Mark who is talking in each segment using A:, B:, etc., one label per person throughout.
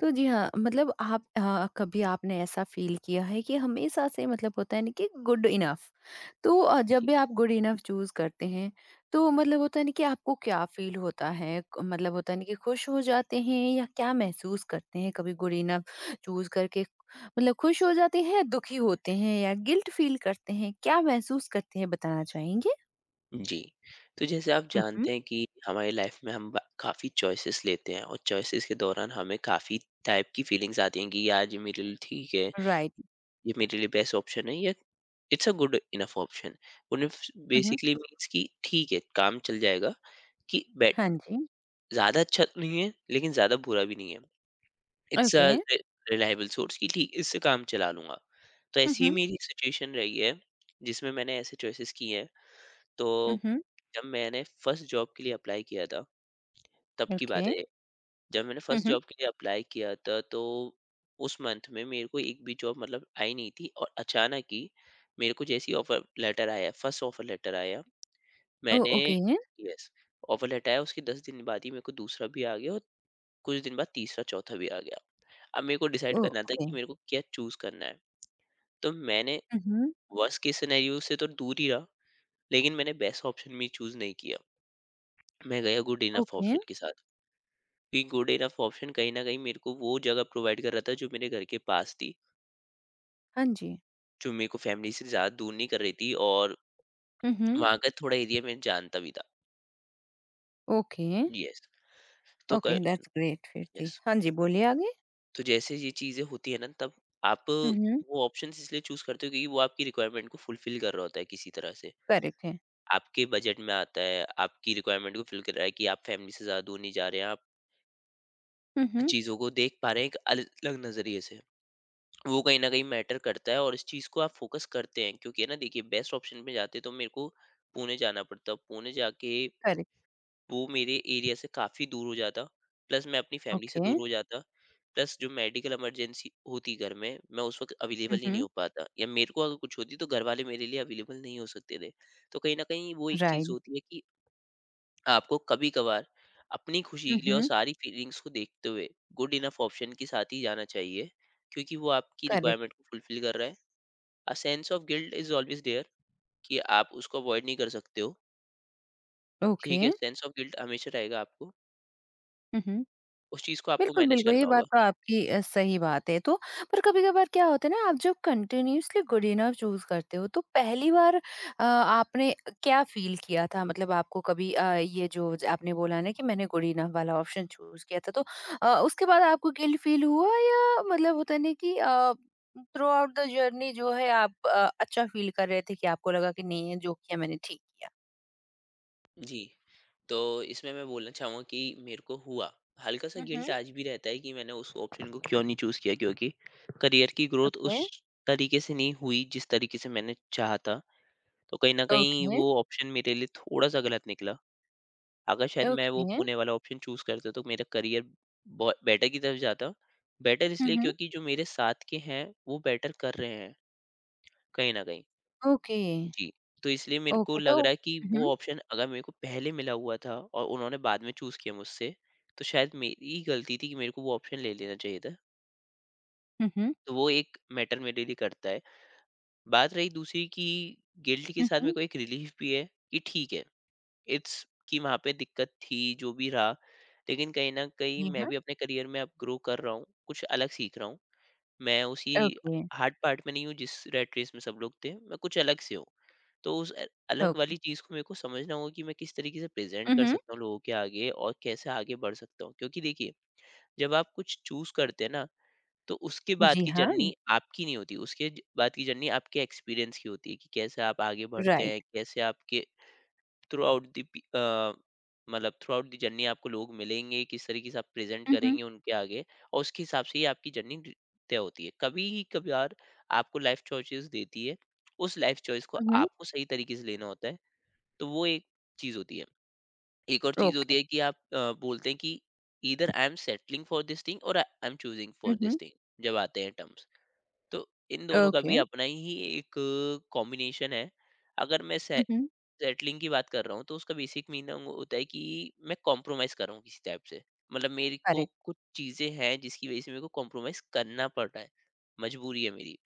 A: तो जी हाँ, मतलब आप कभी आपने ऐसा फ़ील किया है कि हमेशा से मतलब होता है ना कि गुड इनफ़। तो
B: 嗯。
A: जब भी आप गुड इनफ़ चूज़ करते हैं, तो मतलब होता है ना कि आपको क्या फ़ील होता है? क मतलब होता है ना कि खुश हो जाते हैं या क्या महसूस करते हैं कभी गुड इनफ़ चूज़ करके? मतलब खुश हो जाते हैं, दुखी होते हैं या गिल्ट फ़ील करते हैं? क्या महसूस करते हैं बताना चाहेंगे?
B: जी तो जैसे आप
A: हुँ, हुँ।
B: जानते हैं कि हमारी लाइफ में हम काफ़ी चॉइसेस लेते हैं, और चॉइसेस के दौरान हमें काफ़ी टाइप की फीलिंग्स आती हैं कि यार, ये मेरे लिए ठीक है,
A: राइट।
B: ये मेरे लिए बेस्ट ऑप्शन है, या it's a good enough option. उन्हें
A: हुँ, हुँ।
B: बेसिकली मीन्स कि ठीक है, काम चल जाएगा, कि बेट
A: हाँ जी।
B: ज़्यादा अच्छा तो नहीं है, लेकिन ज़्यादा बुरा भी नहीं है। It's a
A: okay.
B: Reliable source, कि ठीक, इससे काम चला लूंगा। तो
A: हुँ,
B: ऐसी ही
A: हुँ।
B: मेरी सिचुएशन रही है जिसमें मैंने ऐसे चॉइसेस की हैं। तो
A: हुँ, हुँ।
B: जब मैंने फर्स्ट जॉब के लिए अप्लाई किया था, तब की
A: ओके।
B: बात है ये। जब मैंने
A: हुँ,
B: फर्स्ट
A: हुँ।
B: जॉब के लिए अप्लाई किया था, तो उस मंथ में मेरे को एक भी जॉब मतलब आई नहीं थी, और अचानक ही मेरे को जैसे ही ऑफर लेटर आया, फर्स्ट ऑफर लेटर आया,
A: ओह!
B: मैंने,
A: ओके।
B: यस, ऑफर लेटर आया। उसके 10 दिन बाद ही मेरे को दूसरा भी आ गया, और कुछ दिन बाद तीसरा, चौथा भी आ गया। अब मेरे को डिसाइड
A: ओह!
B: करना था
A: ओके।
B: कि मेरे को क्या चूज़ करना है। तो मैंने
A: उहुँ,
B: वर्स्ट केस सिनेरियो से तो दूर ही रहा, लेकिन मैंने बेस्ट ऑप्शन भी चूज़ नहीं किया। मैं गया गुड इनफ
A: ओके।
B: ऑप्शन के साथ। भी गुड इनफ ऑप्शन कहीं न कहीं मेरे को वो जगह प्रोवाइड कर रहा था, जो मेरे घर के पास थी,
A: हाँ जी।
B: जो मेरे को फैमिली से ज़्यादा दूर नहीं कर रही थी, और
A: उहुँ,
B: वहाँ, हाँ, का थोड़ा एरिया मैं जानता भी था।
A: ओके,
B: यस, तो
A: ओके
B: क
A: दैट्स ग्रेट फिर थी।
B: यस,
A: हाँ जी, बोलिए आगे?
B: तो जैसे ये चीज़ें होती हैं ना, तब आप
A: उहुँ,
B: वो ऑप्शंस इसलिए चूज़ करते हो क्योंकि वो आपकी रिक्वायरमेंट को फुलफ़िल कर रहा होता है किसी तरह से।
A: करेक्ट है।
B: आपके बजट में आता है, आपकी रिक्वायरमेंट को फ़िल कर रहा है, कि आप फैमिली से ज़्यादा दूर नहीं जा रहे हैं, आप
A: उहुँ,
B: चीज़ों को देख पा रहे हैं एक अलग नज़रिए से। वो कहीं न कहीं मैटर करता है, और इस चीज़ को आप फ़ोकस करते हैं, क्योंकि है ना, देखिए, बेस्ट ऑप्शन में जाते तो मेरे को पुणे जाना पड़ता। पुणे जाके
A: करेक्ट,
B: वो मेरे एरिया से काफ़ी दूर हो जाता, प्लस मैं अपनी फ़ैमिली से
A: ओके।
B: दूर हो जाता, प्लस जो मेडिकल इमरजेंसी होती घर में, मैं उस वक़्त अवेलेबल ही नहीं
A: उहुँ,
B: हो पाता, या मेरे को अगर कुछ होती तो घरवाले मेरे लिए अवेलेबल नहीं हो सकते थे। तो कहीं न कहीं वो एक चीज़
A: राइट।
B: होती है, कि आपको कभी-कभार अपनी खुशी के लिए, और
A: उहुँ,
B: सारी फीलिंग्स को देखते हुए, गुड इनफ ऑप्शन के साथ ही जाना चाहिए, क्योंकि वो आपकी
A: करेक्ट,
B: रिक्वायरमेंट को फुलफ़िल कर रहा है। Sense of guilt is always there, कि आप उसको अवॉइड नहीं कर सकते हो,
A: ओके।
B: ठीक है? सेंस ऑफ गिल्ट हमेशा रहेगा आपको,
A: उहुँ।
B: उस चीज़ को आपको
A: बिल्कुल,
B: मैनेज
A: बिल्कुल, ये
B: करना होगा।
A: बात तो आपकी सही बात है। तो पर कभी-कभार क्या होता है ना, आप जब कंटिन्यूअसली गुड इनफ चूज़ करते हो, तो पहली बार आपने क्या फ़ील किया था? मतलब आपको कभी ये जो ज आपने बोला ना कि मैंने गुड इनफ वाला ऑप्शन चूज़ किया था, तो उसके बाद आपको गिल्ट फ़ील हुआ या मतलब होता है ना कि थ्रू आउट द जर्नी जो है आप अच्छा फ़ील कर रहे थे कि आपको लगा कि नहीं, है, जो किया मैंने ठीक किया?
B: जी। तो इसमें मैं बोलना चाहूँगा कि मेरे को हुआ, हल्का-सा
A: हुँ,
B: गिल्ट
A: हुँ।
B: आज भी रहता है, कि मैंने उस ऑप्शन को क्यों नहीं चूज़ किया, क्योंकि करियर की ग्रोथ उस
A: ओके,
B: तरीके से नहीं हुई जिस तरीके से मैंने चाहा था। तो कहीं न कहीं
A: ओके,
B: वो ऑप्शन मेरे लिए थोड़ा-सा गलत निकला। अगर शायद मैं वो
A: ओके।
B: पुणे वाला ऑप्शन चूज़ करता, तो मेरा करियर बो बेटर की तरफ जाता। बेटर
A: हुँ,
B: इसलिए
A: हुँ।
B: क्योंकि जो मेरे साथ के हैं वो बेटर कर रहे हैं, कहीं न कहीं।
A: ओके,
B: जी, तो इसलिए मेरे को
A: ओके तो
B: लग रहा है कि
A: हुँ,
B: वो
A: हुँ।
B: ऑप्शन अगर मेरे को पहले मिला हुआ था, और उन्होंने बाद में चूज़ किया मुझसे, तो शायद मेरी गलती थी कि मेरे को वो ऑप्शन ले लेना चाहिए था।
A: हुँ, हुँ।
B: तो वो एक मैटर मेरे लिए करता है। बात रही दूसरी, कि गिल्ट के
A: हुँ,
B: साथ मेरे
A: हुँ।
B: को एक रिलीफ़ भी है, कि ठीक है। इट्स कि वहाँ पे दिक्कत थी, जो भी रहा, लेकिन कहीं न कहीं
A: जी
B: मैं
A: हाँ,
B: भी अपने करियर में अब ग्रो कर रहा हूँ, कुछ अलग सीख रहा हूँ। मैं उसी
A: ओके,
B: हार्ड पार्ट में नहीं हूँ जिस रैट रेस में सब लोग थे, मैं कुछ अलग से हूँ। तो उस अलग
A: ओके।
B: वाली चीज़ को मेरे को समझना होगा, कि मैं किस तरीके से प्रेज़ेंट
A: हुँ,
B: कर
A: हुँ।
B: सकता हूँ लोगों के आगे, और कैसे आगे बढ़ सकता हूँ। क्योंकि देखिए, जब आप कुछ चूज़ करते हैं ना, तो उसके बाद
A: जी
B: की
A: हाँ,
B: जर्नी आपकी नहीं होती, उसके ज बाद की जर्नी आपके एक्सपीरियंस की होती है, कि कैसे आप आगे बढ़ते
A: राइट।
B: हैं, कैसे आपके throughout the throughout the journey आपको लोग मिलेंगे, किस तरीके से आप प्रेजेंट
A: हुँ, हुँ।
B: करेंगे उनके आगे, और उसके हिसाब से ही आपकी जर्नी तय होती है। कभी ही कभार आपको लाइफ चॉइसेस देती है, उस लाइफ चॉइस को
A: हुँ, हुँ।
B: आपको सही तरीके से लेना होता है। तो वो एक चीज होती है। एक और चीज होती
A: ओके।
B: है, कि आप बोलते हैं कि इधर I am settling for this thing, और I am choosing
A: um,
B: for
A: um.
B: This thing. जब आते हैं टर्म्स, तो इन दोनों का
A: ओके।
B: भी अपना ही एक कॉम्बिनेशन है। अगर मैं से
A: हुँ, हुँ।
B: सेटलिंग की बात कर रहा हूँ, तो उसका बेसिक मीनिंग होता है कि मैं कॉम्प्रोमाइज़ कर रहा हूँ किसी टाइप से। मतलब मेरे को
A: करेक्ट।
B: कुछ चीज़ें हैं, जिसकी वज़ह से मेरे को कॉम्प्रोमाइज़ करना पड़ रहा है, मजबूरी है मेरी।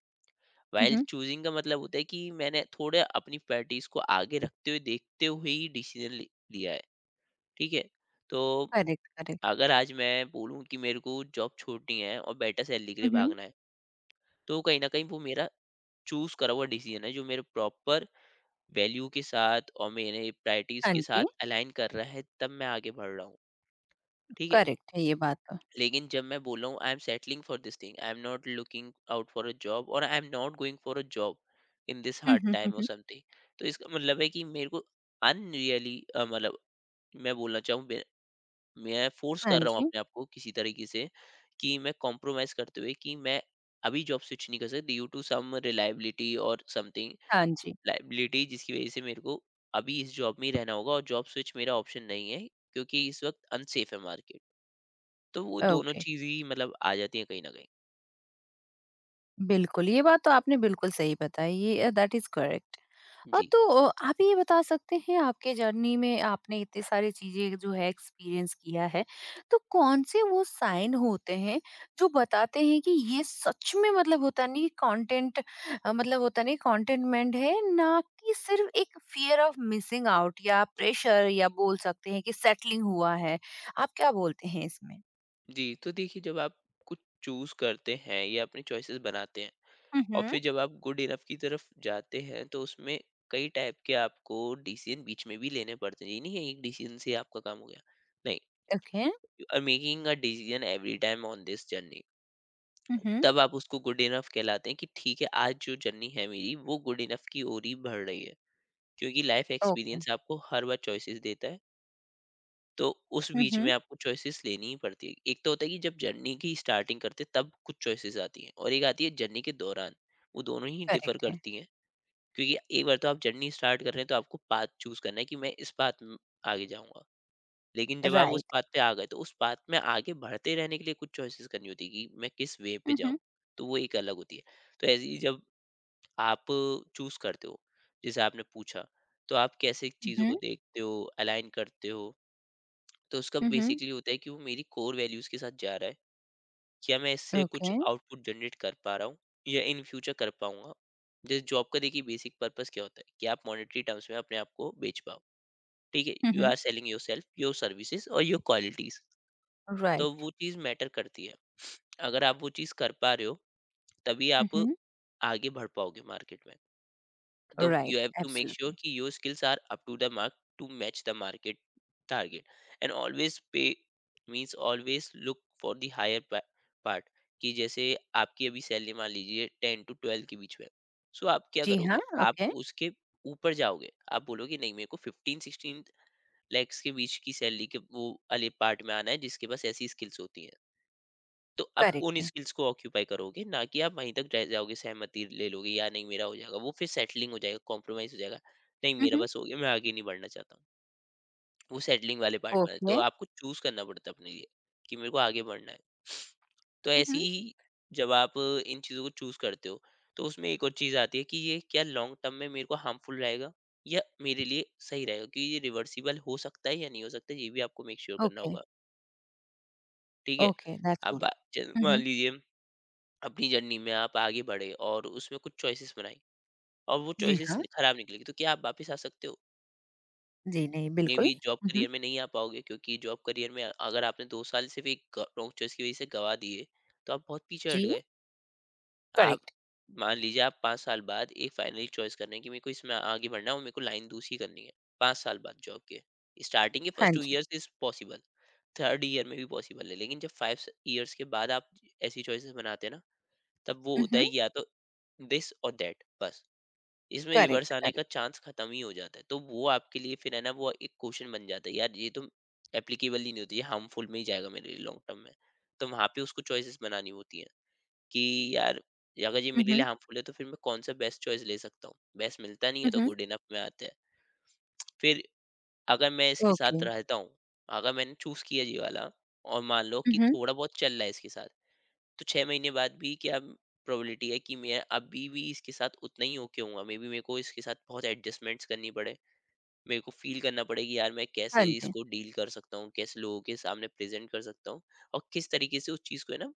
A: हुँ,
B: व्हाइल
A: हुँ।
B: चूज़िंग का मतलब होता है कि मैंने थोड़ा अपनी प्रायोरिटीज़ को आगे रखते हुए, देखते हुए ही डिसीज़न लि लिया है, ठीक है? तो
A: करेक्ट, करेक्ट।
B: अगर आज मैं बोलूँ कि मेरे को जॉब छोड़नी है, और बेटर सैलरी के लिए
A: हुँ, हुँ।
B: भागना है, तो कहीं न कहीं वो मेरा चूज करा हुआ डिसीजन है, जो मेरे प्रॉपर वैल्यू के साथ और मेरे प्रायोरिटीज
A: हाँ
B: के
A: जी,
B: साथ अलाइन कर रहा है, तब मैं आगे बढ़ रहा हूँ, ठीक है?
A: करेक्ट है ये बात तो।
B: लेकिन जब मैं बोल रहा हूँ I am settling for this thing, I am not looking out for a job, और I am not going for a job in this
A: um,
B: hard
A: um, um,
B: time और
A: हुँ।
B: समथिंग, तो इसका मतलब है कि मेरे को अनरियली, मतलब, मैं बोलना चाहूँ, मैं फोर्स
A: हाँ
B: कर रहा हूँ
A: जी,
B: अपने आप को किसी तरीके से, कि मैं कॉम्प्रोमाइज करते हुए, कि मैं अभी जॉब स्विच नहीं कर सकता, ड्यू टू सम रिलायबिलिटी और समथिंग,
A: हाँ जी।
B: लायबिलिटी, जिसकी वजह से मेरे को अभी इस जॉब में ही रहना होगा, और जॉब स्विच मेरा ऑप्शन नहीं है, क्योंकि इस वक्त अनसेफ है मार्केट। तो वो दोनों
A: ओके,
B: चीज ही मतलब आ जाती हैं कहीं ना कहीं।
A: बिल्कुल, ये बात तो आपने बिल्कुल सही बताई, ये दैट इज़ करेक्ट। हाँ,
B: जी।
A: तो आप ये बता सकते हैं आपके जर्नी में आपने इतनी सारी चीजें जो है एक्सपीरियंस किया है, तो कौन से वो साइन होते हैं जो बताते हैं कि ये सच में मतलब होता नहीं कंटेंट, मतलब होता नहीं कंटेनमेंट, है ना कि सिर्फ एक फियर ऑफ मिसिंग आउट या प्रेशर या बोल सकते हैं कि सेटलिंग हुआ है? आप क्या बोलते हैं इसमें?
B: जी। तो देखिए, जब आप कुछ चूज करते हैं या अपने चॉइसेस बनाते हैं, और
A: हम्म।
B: फिर जब आप गुड इनफ की तरफ जाते हैं, तो उसमें कई टाइप के आपको डिसीजन बीच में भी लेने पड़ते हैं। ये नहीं है एक डिसीजन से आपका काम हो गया, नहीं।
A: Okay.
B: You are making a decision every time on this journey.
A: Hmm.
B: तब आप उसको गुड इनफ कहलाते हैं, कि ठीक है, आज जो जर्नी है मेरी वो गुड इनफ की ओर ही बढ़ रही है, क्योंकि लाइफ
A: ओके।
B: एक्सपीरियंस आपको हर बार चॉइसेस देता है। तो उस बीच में
A: हम्म।
B: आपको चॉइसेस लेनी ही पड़ती है। एक तो होता है कि जब जर्नी की स्टार्टिंग करते हैं, तब कुछ चॉइसेस आती हैं, और एक आती है जर्नी के दौरान। वो दोनों ही डिफर
A: करेक्ट है।
B: करती हैं, क्योंकि एक बार तो आप जर्नी स्टार्ट कर रहे हैं, तो आपको पाथ चूज करना है, कि मैं इस पाथ में आगे जाऊंगा। लेकिन जब आप उस
A: राइट।
B: बात पे आ गए, तो उस बात में आगे बढ़ते रहने के लिए कुछ चॉइसेस करनी होती है, कि मैं किस वे पे जाऊँ।
A: हम्म।
B: तो वो एक अलग होती है। तो ऐसे ही जब आप चूज़ करते हो, जैसे आपने पूछा, तो आप कैसे चीज़ों को
A: हम्म।
B: देखते हो, अलाइन करते हो? तो उसका
A: हम्म।
B: बेसिकली होता है कि वो मेरी कोर वैल्यूज़ के साथ जा रहा है, क्या मैं इससे कुछ
A: ओके।
B: आउटपुट जनरेट कर पा रहा हूँ, या इन फ्यूचर कर पाऊँगा? जैसे जॉब का देखिए बेसिक पर्पज़ क्या होता है, कि आप मॉनेटरी टर्म्स में अपने आप को बेच पाओ, ठीक है? You
A: hmm.
B: Are selling yourself, your services और योर क्वालिटीज़। तो
A: राइट।
B: वो चीज़ मैटर करती है। अगर आप वो चीज़ कर पा रहे हो, तभी आप
A: Mhm.
B: आगे बढ़ पाओगे मार्केट में। तो you
A: right,
B: have to make sure
A: absolutely.
B: कि your skills are up to the mark, to match the market target, and always pay, means always look for the higher part, कि जैसे आपकी अभी सैलरी मान लीजिए 10 to 12 के बीच में। सो आप क्या
A: जी
B: करोगे?
A: हाँ,
B: आप
A: ओके,
B: उसके ऊपर जाओगे। आप बोलोगे नहीं, मेरे को 15-16 लैक्स के बीच की सैलरी के वो वाले पार्ट में आना है जिसके पास ऐसी स्किल्स होती हैं। तो आप उन
A: करेक्ट है।
B: स्किल्स को ऑक्यूपाई करोगे, ना कि आप वहीं तक रह जाओगे, सहमति ले लोगे या नहीं, मेरा हो जाएगा वो, फिर सेटलिंग हो जाएगा, कॉम्प्रोमाइज हो जाएगा। नहीं, मेरा
A: Mhm.
B: बस हो गया, मैं आगे नहीं बढ़ना चाहता हूँ, वो सेटलिंग वाले पार्ट में है। तो
A: ओके।
B: आपको चूज करना पड़ता है अपने लिए कि मेरे को आगे बढ़ना है। तो ऐसी
A: Mhm.
B: ही जब आप इन चीजों को चूज करते हो, तो उसमें एक और चीज आती है कि ये क्या लॉन्ग टर्म में मेरे को हार्मफुल रहेगा या मेरे लिए सही रहेगा, क्योंकि ये रिवर्सिबल हो सकता है या नहीं हो सकता, ये भी आपको मेक श्योर करना
A: ओके,
B: होगा। ठीक है,
A: ओके, दैट्स गुड।
B: मान
A: Mhm.
B: लीजिए अपनी जर्नी में आप आगे बढ़े और उसमें कुछ चॉइसेस बनाई, और वो
A: जी
B: चॉइसेस
A: हाँ,
B: खराब निकलेगी, तो क्या आप वापस आ सकते हो?
A: जी नहीं,
B: मे
A: बिल्कुल।
B: B job
A: Mhm.
B: करियर में नहीं आ पाओगे, क्योंकि जॉब करियर में अगर आपने दो साल सिर्फ एक रॉन्ग चॉइस की वजह से गवा दिए तो आप बहुत पीछे हट
A: जी,
B: गए। आप
A: करेक्ट,
B: मान लीजिए आप पाँच साल बाद एक फाइनली चॉइस करने की, मेरे को इसमें आगे बढ़ना है और मेरे को लाइन दूसरी करनी है। पाँच साल बाद जॉब के स्टार्टिंग के
A: हाँ
B: फर्स्ट टू
A: जी।
B: Years is possible, third year में भी पॉसिबल है, लेकिन जब फाइव ईयर्स के बाद आप ऐसी चॉइसेस बनाते हैं ना, तब वो होता
A: Mhm.
B: है कि या तो दिस और दैट, बस इसमें रिवर्स
A: करेक्ट,
B: आने
A: करेक्ट।
B: का चांस खत्म ही हो जाता है। तो वो आपके लिए फिर है ना, वो एक क्वेश्चन बन जाता है, यार ये तो एप्लीकेबल ही नहीं होती, ये हार्मफुल में ही जाएगा मेरे लिए लॉन्ग टर्म में। तो वहां पे उसको चॉइसेस बनानी होती हैं कि यार अगर ये मेरे लिए
A: Mhm,
B: हार्मफुल है, तो फिर मैं कौन सा बेस्ट चॉइस ले सकता हूँ? बेस्ट मिलता नहीं है, तो
A: mhm,
B: गुड इनफ में आता है। फिर अगर मैं इसके साथ
A: ओके,
B: रहता हूँ, अगर मैंने चूज किया ये वाला और मान लो कि
A: mhm.
B: थोड़ा बहुत चल रहा है इसके साथ, तो 6 महीने बाद भी क्या प्रोबेबिलिटी है कि मैं अभी भी इसके साथ उतना ही ओके हूँगा। मे बी मेरे को इसके साथ बहुत एडजस्टमेंट्स करनी पड़े। मेरे को फ़ील करना पड़े कि यार मैं कैसे
A: हाँ जी,
B: इसको डील कर सकता हूँ, कैसे लोगों के सामने प्रेज़ेंट कर सकता हूँ और किस तरीके से उस चीज़ को है ना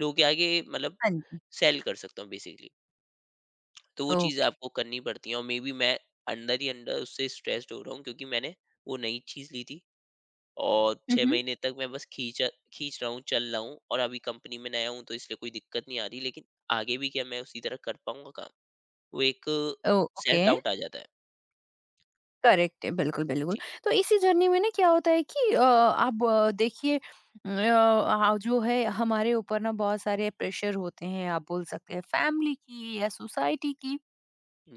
B: लोगों के आगे, मतलब
A: हाँ जी,
B: सेल कर सकता हूँ बेसिकली। तो वो चीज़ें
A: ओके,
B: आपको करनी पड़ती हैं, और मे बी मैं अंदर ही अंदर उससे स्ट्रेस्ड हो रहा हूँ, क्योंकि मैंने वो नई चीज़ ली थी और 6
A: Mhm.
B: महीने तक मैं बस खींच खींच रहा हूँ, चल रहा हूँ, और अभी कंपनी में नया हूँ तो इसलिए कोई दिक्कत नहीं आ रही, लेकिन आगे भी क्या मैं उसी तरह कर पाऊँगा काम? वो एक
A: ओ
B: सेल्फ
A: ओके।
B: डाउट आ जाता है।
A: करेक्ट है, बिल्कुल, बिल्कुल।
B: जी,
A: तो इसी जर्नी में ना क्या होता है कि आप देखिए आ जो है हमारे ऊपर ना बहुत सारे प्रेशर होते हैं, आप बोल सकते हैं फैमिली की या सोसाइटी की।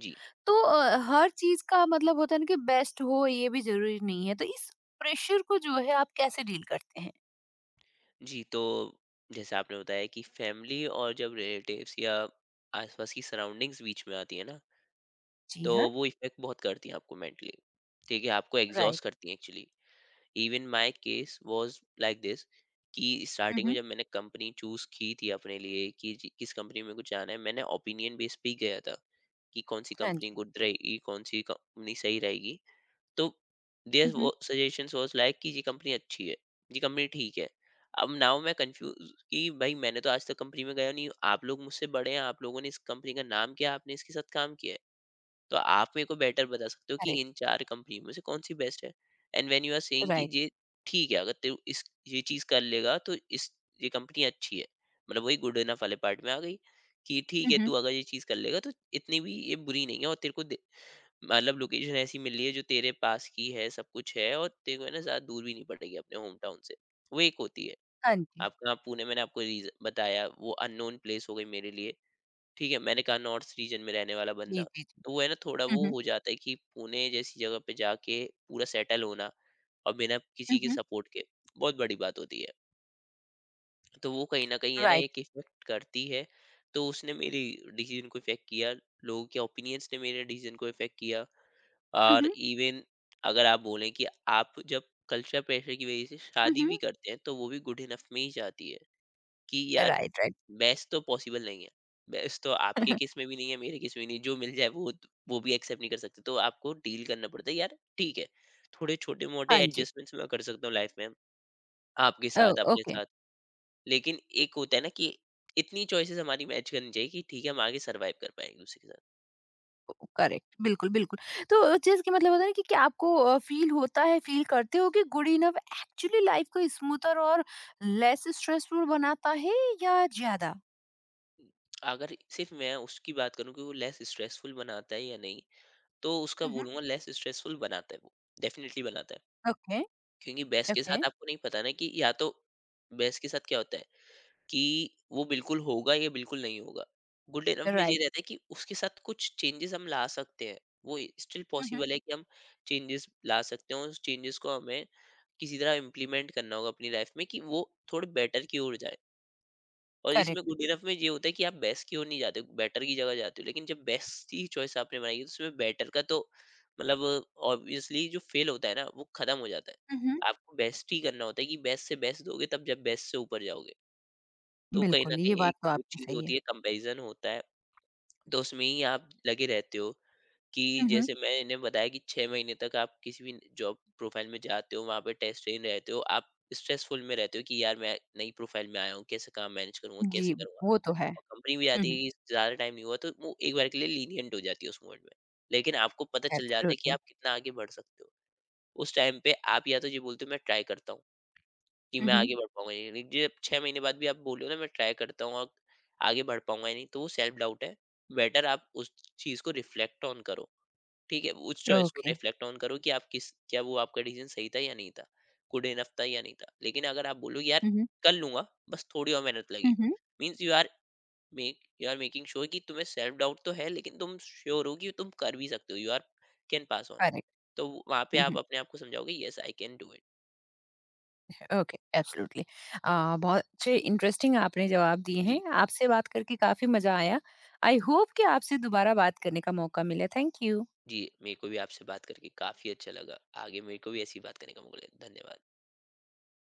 B: जी।
A: तो हर चीज़ का मतलब होता है ना कि बेस्ट हो, ये भी ज़रूरी नहीं है। तो इस प्रेशर को जो है आप कैसे डील करते हैं?
B: जी, तो जैसे आपने बताया कि फैमिली और जब रिलेटिव्स या आस-पास की सराउंडिंग्स बीच में आती है ना,
A: जी
B: तो
A: हाँ।
B: वो इफ़ेक्ट बहुत करती हैं आपको मेंटली। ठीक है, आपको
A: राइट।
B: एग्ज़ॉस्ट करती हैं actually. Even my case was like this कि
A: हुँ,
B: स्टार्टिंग में
A: हुँ।
B: जब मैंने कंपनी चूज की थी अपने लिए, कि किस कंपनी में कुछ जाना है, मैंने ओपिनियन बेस पे ही गया था कि कौन सी
A: हाँ
B: कंपनी
A: जी।
B: गुड रहेगी, कौन सी कंपनी सही रहेगी। तो there
A: um, um.
B: Suggestions was like कि ये कंपनी अच्छी है, ये कंपनी ठीक है। अब नाउ मैं कंफ्यूज कि भाई मैंने तो आज तक कंपनी में गया नहीं, आप लोग मुझसे बड़े हैं, आप लोगों ने इस कंपनी का नाम किया, आपने इसके साथ काम किया है, तो आप मेरे को बेटर बता सकते हो कि
A: करेक्ट,
B: इन 4 कंपनी में से कौन-सी बेस्ट है? And when you are saying कि
A: राइट।
B: ये ठीक है, अगर तू इस ये चीज़ कर लेगा तो इस, ये कंपनी अच्छी है। मतलब वही गुड इनफ वाले पार्ट में आ गई कि ठीक
A: हुँ,
B: है,
A: हुँ।
B: तू अगर ये चीज़ कर लेगा तो इतनी भी ये बुरी नहीं है, और तेरे को दे, मतलब लोकेशन ऐसी मिल रही है जो तेरे पास की है, सब कुछ है और तेरे को है ना ज़्यादा दूर भी नहीं पड़ेगी अपने होम टाउन से। वो एक होती है।
A: हाँ जी।
B: आपका पुणे, मैंने आपको रीज़न बताया, वो अननोन प्लेस हो गई मेरे लिए। ठीक है, मैंने कहा नॉर्थ रीजन में रहने वाला बंदा,
A: जी, जी, जी।
B: तो वो है ना थोड़ा
A: हुँ,
B: वो
A: हुँ।
B: हो जाता है कि पुणे जैसी जगह पे जाके पूरा सेटल होना और बिना
A: हुँ,
B: किसी के
A: हुँ।
B: सपोर्ट के बहुत बड़ी बात होती है। तो वो कहीं ना कहीं है ना
A: राइट।
B: एक इफेक्ट करती है। तो उसने मेरी डिसीजन को इफेक्ट किया, लोगों के ओपिनियंस ने मेरे डिसीजन को इफेक्ट किया।
A: हुँ,
B: और
A: हुँ।
B: इवन अगर आप बोलें कि आप जब कल्चर प्रेशर की वजह से
A: हुँ,
B: शादी
A: हुँ।
B: भी करते हैं, तो वो भी गुड इनफ में ही जाती है कि यार
A: राइट, राइट।
B: बेस्ट तो पॉसिबल नहीं है। बेस्ट तो आपके केस में भी नहीं है, मेरे केस में भी नहीं है। जो मिल जाए वो भी एक्सेप्ट नहीं कर सकते, तो आपको डील करना पड़ता है, यार ठीक है, थोड़े छोटे-मोटे
A: हाँ जी।
B: एडजस्टमेंट्स मैं कर सकता हूँ लाइफ में, आपके
A: ओ
B: साथ, अपने
A: ओके।
B: साथ। लेकिन एक होता है ना कि इतनी चॉइसेस हमारी मैच करनी चाहिए कि ठीक है, हम आगे सर्वाइव कर पाएँ एक-दूसरे के साथ।
A: करेक्ट, बिल्कुल, बिल्कुल। तो चीज की मतलब होता है ना कि क्या आपको फील होता है, फील करते हो कि गुड इनफ एक्चुअली लाइफ को स्मूथर और लेस स्ट्रेसफुल बनाता है या ज्यादा?
B: अगर सिर्फ़ मैं उसकी बात करूँ कि वो लेस स्ट्रेसफुल बनाता है या नहीं, तो उसका
A: मम्हम।
B: बोलूँगा लेस स्ट्रेसफुल बनाता है वो, डेफ़िनिटली बनाता है।
A: ओके।
B: क्योंकि बेस्ट के
A: ओके।
B: साथ आपको नहीं पता ना कि या तो, बेस्ट के साथ क्या होता है कि वो बिल्कुल होगा या बिल्कुल नहीं होगा। गुड इनफ में ये
A: राइट।
B: रहता है कि उसके साथ कुछ चेंजेस हम ला सकते हैं, वो स्टिल
A: मम्हम।
B: पॉसिबल है कि हम चेंजेस ला सकते हैं, और उस चेंजेस को हमें किसी तरह इम्प्लीमेंट करना होगा अपनी लाइफ में, कि वो थोड़े बेटर की ओर जाए। और इसमें
A: करेक्ट।
B: गुड इनफ में ये होता है कि आप बेस्ट की ओर नहीं जाते, बेटर की जगह जाते हो, लेकिन जब बेस्ट ही चॉइस आपने बनाई है, तो उसमें बेटर का तो मतलब ऑब्वियसली जो फेल होता है ना वो खत्म हो जाता है।
A: मम्हम,
B: आपको बेस्ट ही करना होता है कि बेस्ट से बेस्ट दोगे, तब जब बेस्ट से ऊपर जाओगे। तो कहीं न
A: बिल्कुल ये
B: कहीं
A: बात
B: एक
A: तो
B: वो
A: आपकी
B: चीज़
A: सही
B: होती
A: है।
B: है, कंपैरिज़न होता है, तो उसमें ही आप लगे रहते हो। कि
A: मम्हम,
B: जैसे मैंने बताया कि 6 महीने तक आप किसी भी जॉब प्रोफ़ाइल में जाते हो, वहाँ पे टेस्टिंग रहते हो, आप स्ट्रेसफुल में रहते हो कि यार मैं नई प्रोफ़ाइल में आया हूँ, कैसे काम मैनेज करूँगा,
A: जी।
B: कैसे करूँगा?
A: वो तो है।
B: और कंपनी भी आती है कि ज़्यादा टाइम नहीं हुआ, तो वो एक बार के लिए लीनिएंट हो जाती है उस मोमेंट में, लेकिन आपको पता चल जाता है कि
A: एब्सोल्युटली।
B: आप कितना आगे बढ़ सकते हो। उस टाइम पे आप या तो ये बोलते हो मैं ट्राई करता हूँ, कि मैं आगे बढ़ पाऊँगा या नहीं। जे 6 महीने बाद भी आप बोले हो ना मैं ट्राई करता हूँ और आगे बढ़ पाऊँगा या नहीं, तो वो सेल्फ डाउट है। बेटर आप उस चीज़ को रिफ्लेक्ट ऑन करो, ठीक है? उस चॉइस को
A: ओके।
B: रिफ्लेक्ट ऑन करो कि आप किस, क्या वो आपका डिसीजन सही था या नहीं था, गुड इनफ था या नहीं था। लेकिन अगर आप बोलो यार कर लूँगा, बस थोड़ी और मेहनत लगी, means you are, making sure कि तुम्हें सेल्फ डाउट तो है, लेकिन तुम श्योर हो कि तुम कर भी सकते हो, you are can pass on.
A: Correct.
B: तो वहाँ पे आप
A: हम्म।
B: अपने आप को समझाओगे yes I can do it.
A: Okay, absolutely. बहुत अच्छे इंटरेस्टिंग आपने जवाब दिए हैं,
B: जी।
A: आपसे बात करके काफी मजा आया। आई होप कि आपसे दोबारा बात करने का मौका मिले। Thank you.
B: जी, मेरे को भी आपसे बात करके काफ़ी अच्छा लगा। आगे मेरे को भी ऐसी ही बात करने का मौका मिले। धन्यवाद।